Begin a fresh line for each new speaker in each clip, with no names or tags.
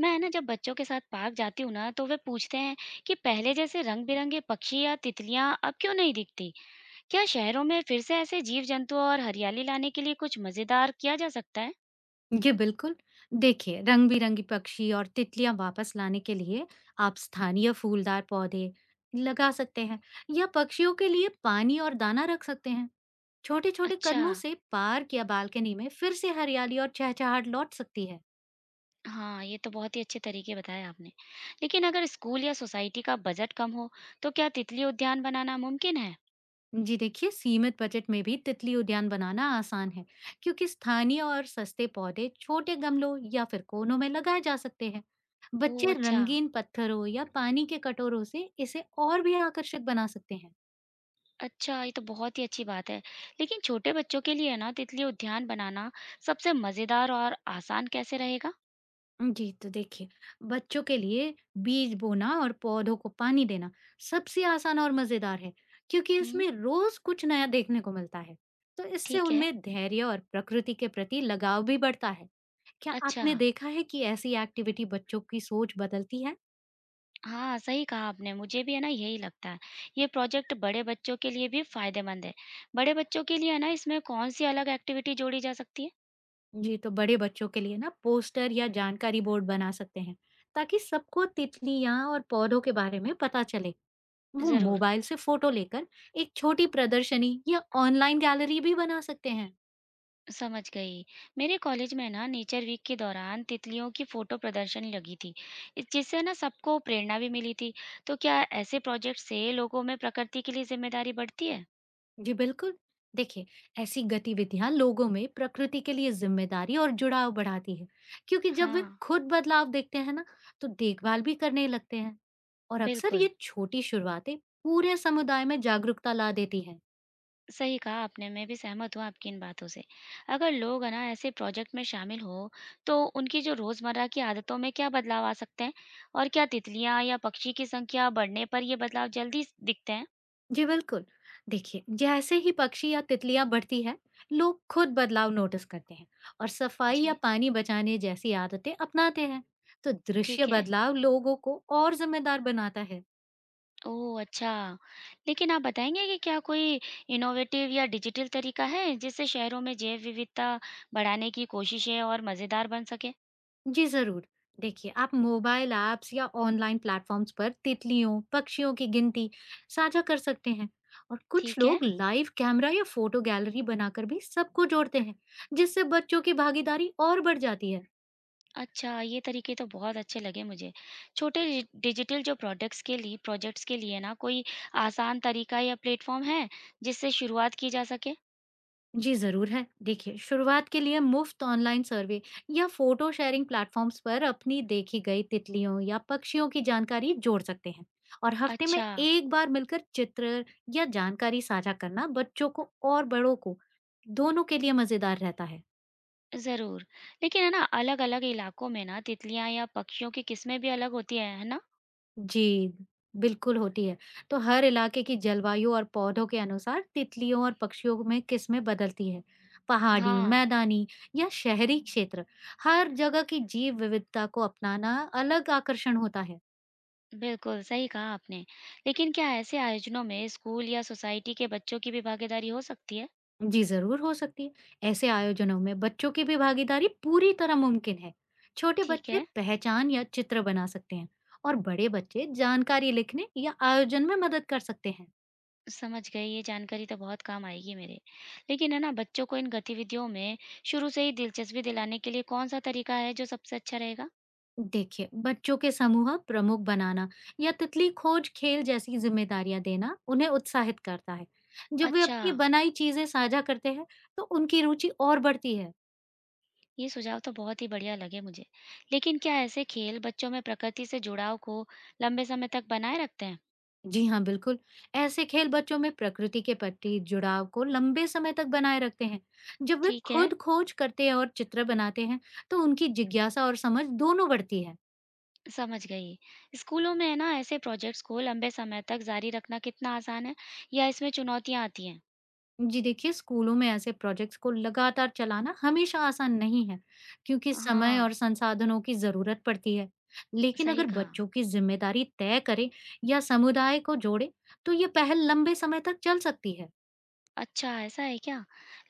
मैं ना जब बच्चों के साथ पार्क जाती हूँ ना तो वे पूछते हैं कि पहले जैसे रंग बिरंगे पक्षी या तितलियां अब क्यों नहीं दिखती। क्या शहरों में फिर से ऐसे जीव जंतु और हरियाली लाने के लिए कुछ मजेदार किया जा सकता है?
जी बिल्कुल। देखिए, रंग-बिरंगी पक्षी और तितलियाँ वापस लाने के लिए आप स्थानीय फूलदार पौधे लगा सकते हैं या पक्षियों के लिए पानी और दाना रख सकते हैं। छोटे-छोटे
अच्छा,
कदमों से पार्क या बालकनी में फिर से हरियाली और चहचहाट लौट सकती है।
हाँ, ये तो बहुत ही अच्छे तरीके बताए आपने। लेकिन अगर स्कूल या सोसाइटी का बजट कम हो, तो क्या तितली उद्यान बनाना मुमकिन है?
जी देखिए, सीमित बजट में भी तितली उद्यान बनाना आसान है क्योंकि स्थानीय और सस्ते पौधे छोटे गमलों या फिर कोनों में लगाए जा सकते हैं।
ओह
बच्चे
अच्छा।
रंगीन पत्थरों या पानी के कटोरों से इसे और भी आकर्षक बना सकते हैं।
अच्छा, ये तो बहुत ही अच्छी बात है। लेकिन छोटे बच्चों के लिए ना तितली उद्यान बनाना सबसे मजेदार और आसान कैसे रहेगा?
जी, तो देखिए, बच्चों के लिए बीज बोना और पौधों को पानी देना सबसे आसान और मज़ेदार है, क्योंकि
हम्म।
इसमें रोज़ कुछ नया देखने को मिलता है। तो इससे
ठीक है।
उनमें धैर्य और प्रकृति के प्रति लगाव भी बढ़ता है। क्या
अच्छा,
आपने देखा है कि ऐसी एक्टिविटी बच्चों की सोच बदलती है?
हाँ, सही कहा आपने, मुझे भी है ना यही लगता है। ये प्रोजेक्ट बड़े बच्चों के लिए भी फ़ायदेमंद है। बड़े बच्चों के लिए है ना इसमें कौन-सी अलग एक्टिविटी जोड़ी जा सकती है?
जी, तो बड़े बच्चों के लिए ना पोस्टर या जानकारी बोर्ड बना सकते हैं, ताकि सबको तितलियाँ और पौधों के बारे में पता चले। वो
ज़रूर,
मोबाइल से फ़ोटो लेकर एक छोटी प्रदर्शनी या ऑनलाइन गैलरी भी बना सकते हैं।
समझ गई। मेरे कॉलेज में ना नेचर वीक के दौरान तितलियों की फ़ोटो प्रदर्शनी लगी थी, इ जिससे ना सबको प्रेरणा भी मिली थी। तो क्या ऐसे प्रोजेक्ट से लोगों में प्रकृति के लिए ज़िम्मेदारी बढ़ती है?
जी बिल्कुल। देखिए, ऐसी गतिविधियां लोगों में प्रकृति के लिए जिम्मेदारी और जुड़ाव बढ़ाती है, क्योंकि जब वे
हाँ,
खुद बदलाव देखते हैं ना, तो देखभाल भी करने लगते हैं और अक्सर
बिल्कुल।
ये छोटी शुरुआतें पूरे समुदाय में जागरूकता ला देती है।
सही कहा आपने, मैं भी सहमत हूँ आपकी इन बातों से। अगर लोग है ना ऐसे प्रोजेक्ट में शामिल हों, तो उनकी जो रोज़मर्रा की आदतों में क्या बदलाव आ सकते हैं? और क्या तितलियाँ या पक्षी की संख्या बढ़ने पर ये बदलाव जल्दी दिखते हैं?
जी बिल्कुल। देखिए, जैसे ही पक्षी या तितलियां बढ़ती है, लोग खुद बदलाव नोटिस करते हैं और सफाई या
जी,
पानी बचाने जैसी आदतें अपनाते हैं। तो दृश्य
ठीक है।
बदलाव लोगों को और जिम्मेदार बनाता है।
ओह अच्छा। लेकिन आप बताएंगे कि क्या कोई इनोवेटिव या डिजिटल तरीका है जिससे शहरों में जैव विविधता बढ़ाने की कोशिशें और मज़ेदार बन सके?
जी ज़रूर। देखिए, आप मोबाइल ऐप्स या ऑनलाइन प्लेटफ़ॉर्म्स पर तितलियों, पक्षियों की गिनती साझा कर सकते हैं और कुछ
ठीक है।
लोग लाइव कैमरा या फ़ोटो गैलरी बनाकर भी सबको जोड़ते हैं, जिससे बच्चों की भागीदारी और बढ़ जाती है।
अच्छा, ये तरीके तो बहुत अच्छे लगे मुझे। छोटे डिजि डिजिटल जो प्रोडक्ट्स के लिए प्रोजेक्ट्स के लिए ना कोई आसान तरीका या प्लेटफ़ॉर्म है, जिससे शुरुआत की जा सके?
जी, ज़रूर है। देखिए, शुरुआत के लिए मुफ्त ऑनलाइन सर्वे या फ़ोटो शेयरिंग प्लेटफ़ॉर्म्स पर अपनी देखी गई तितलियों या पक्षियों की जानकारी जोड़ सकते हैं और हफ़्ते में
अच्छा,
एक बार मिलकर चित्र या जानकारी साझा करना बच्चों को और बड़ों को, दोनों के लिए मज़ेदार रहता है।
ज़रूर। लेकिन है ना अलग-अलग इलाकों में ना तितलियाँ या पक्षियों की किस्में भी अलग होती हैं, है ना?
जी, बिल्कुल होती है। तो हर इलाके की जलवायु और पौधों के अनुसार तितलियों और पक्षियों में किस्में बदलती है। पहाड़ी,
हाँ,
मैदानी या शहरी क्षेत्र, हर जगह की जीव विविधता को अपनाना अलग आकर्षण होता है।
बिल्कुल, सही कहा आपने। लेकिन क्या ऐसे आयोजनों में स्कूल या सोसाइटी के बच्चों की भी भागीदारी हो सकती है?
जी, ज़रूर हो सकती है। ऐसे आयोजनों में बच्चों की भी भागीदारी पूरी तरह मुमकिन है। छोटे
ठीक
बच्चे
है।
पहचान या चित्र बना सकते हैं और बड़े बच्चे जानकारी लिखने या आयोजन में मदद कर सकते हैं।
समझ गई, ये जानकारी तो बहुत काम आएगी मेरे। लेकिन है ना बच्चों को इन गतिविधियों में शुरू से ही दिलचस्पी दिलाने के लिए कौन-सा तरीका है जो सबसे अच्छा रहेगा?
देखिए, बच्चों के समूह प्रमुख बनाना या तितली खोज खेल जैसी जिम्मेदारियां देना उन्हें उत्साहित करता है। जब वे
अच्छा,
अपनी बनाई चीजें साझा करते हैं, तो उनकी रुचि और बढ़ती है।
ये सुझाव तो बहुत ही बढ़िया लगे मुझे। लेकिन क्या ऐसे खेल बच्चों में प्रकृति से जुड़ाव को लंबे समय तक बनाए रखते हैं?
जी हाँ, बिल्कुल। ऐसे खेल बच्चों में प्रकृति के प्रति जुड़ाव को लंबे समय तक बनाए रखते हैं। जब वे
ठीक है,
खुद खोज करते हैं और चित्र बनाते हैं, तो उनकी जिज्ञासा और समझ दोनों बढ़ती है।
समझ गई। स्कूलों में है ना ऐसे प्रोजेक्ट्स को लंबे समय तक जारी रखना कितना आसान है या इसमें चुनौतियाँ आती हैं?
जी देखिए, स्कूलों में ऐसे प्रोजेक्ट्स को लगातार चलाना हमेशा आसान नहीं है, क्योंकि समय
हाँ,
और संसाधनों की ज़रूरत पड़ती है। लेकिन
सही
अगर
कहा।
बच्चों की ज़िम्मेदारी तय करें या समुदाय को जोड़े, तो ये पहल लंबे समय तक चल सकती है।
अच्छा, ऐसा है क्या?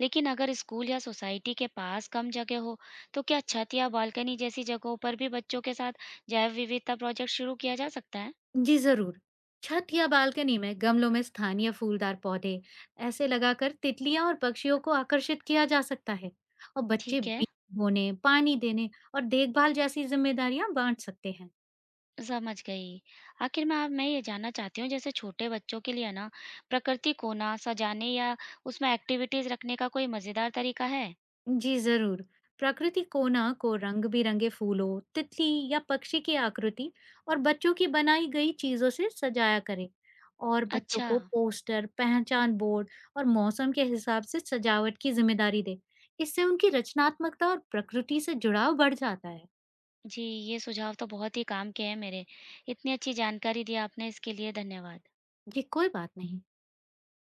लेकिन अगर स्कूल या सोसाइटी के पास कम जगह हो, तो क्या छत या बालकनी जैसी जगहों पर भी बच्चों के साथ जैव विविधता प्रोजेक्ट शुरू किया जा सकता है?
जी ज़रूर। छत या बालकनी में गमलों में स्थानीय फूलदार पौधे ऐसे लगाकर तितलियां और पक्षियों को आकर्षित किया जा सकता है और बच्चे
ठीक है,
बीज बोने, पानी देने और देखभाल जैसी जिम्मेदारियां बांट सकते हैं।
समझ गई। आखिर में आप मैं ये जानना चाहती हूँ, जैसे छोटे बच्चों के लिए ना प्रकृति कोना सजाने या उसमें एक्टिविटीज़ रखने का कोई मज़ेदार तरीका है?
जी जरूर। प्रकृति कोना को रंग बिरंगे फूलों, तितली या पक्षी की आकृति और बच्चों की बनाई गई चीजों से सजाया करें और बच्चों
अच्छा।
को पोस्टर, पहचान बोर्ड और मौसम के हिसाब से सजावट की जिम्मेदारी दे। इससे उनकी रचनात्मकता और प्रकृति से जुड़ाव बढ़ जाता है।
जी, ये सुझाव तो बहुत ही काम के हैं मेरे। इतनी अच्छी जानकारी दी आपने, इसके लिए धन्यवाद।
जी कोई बात नहीं।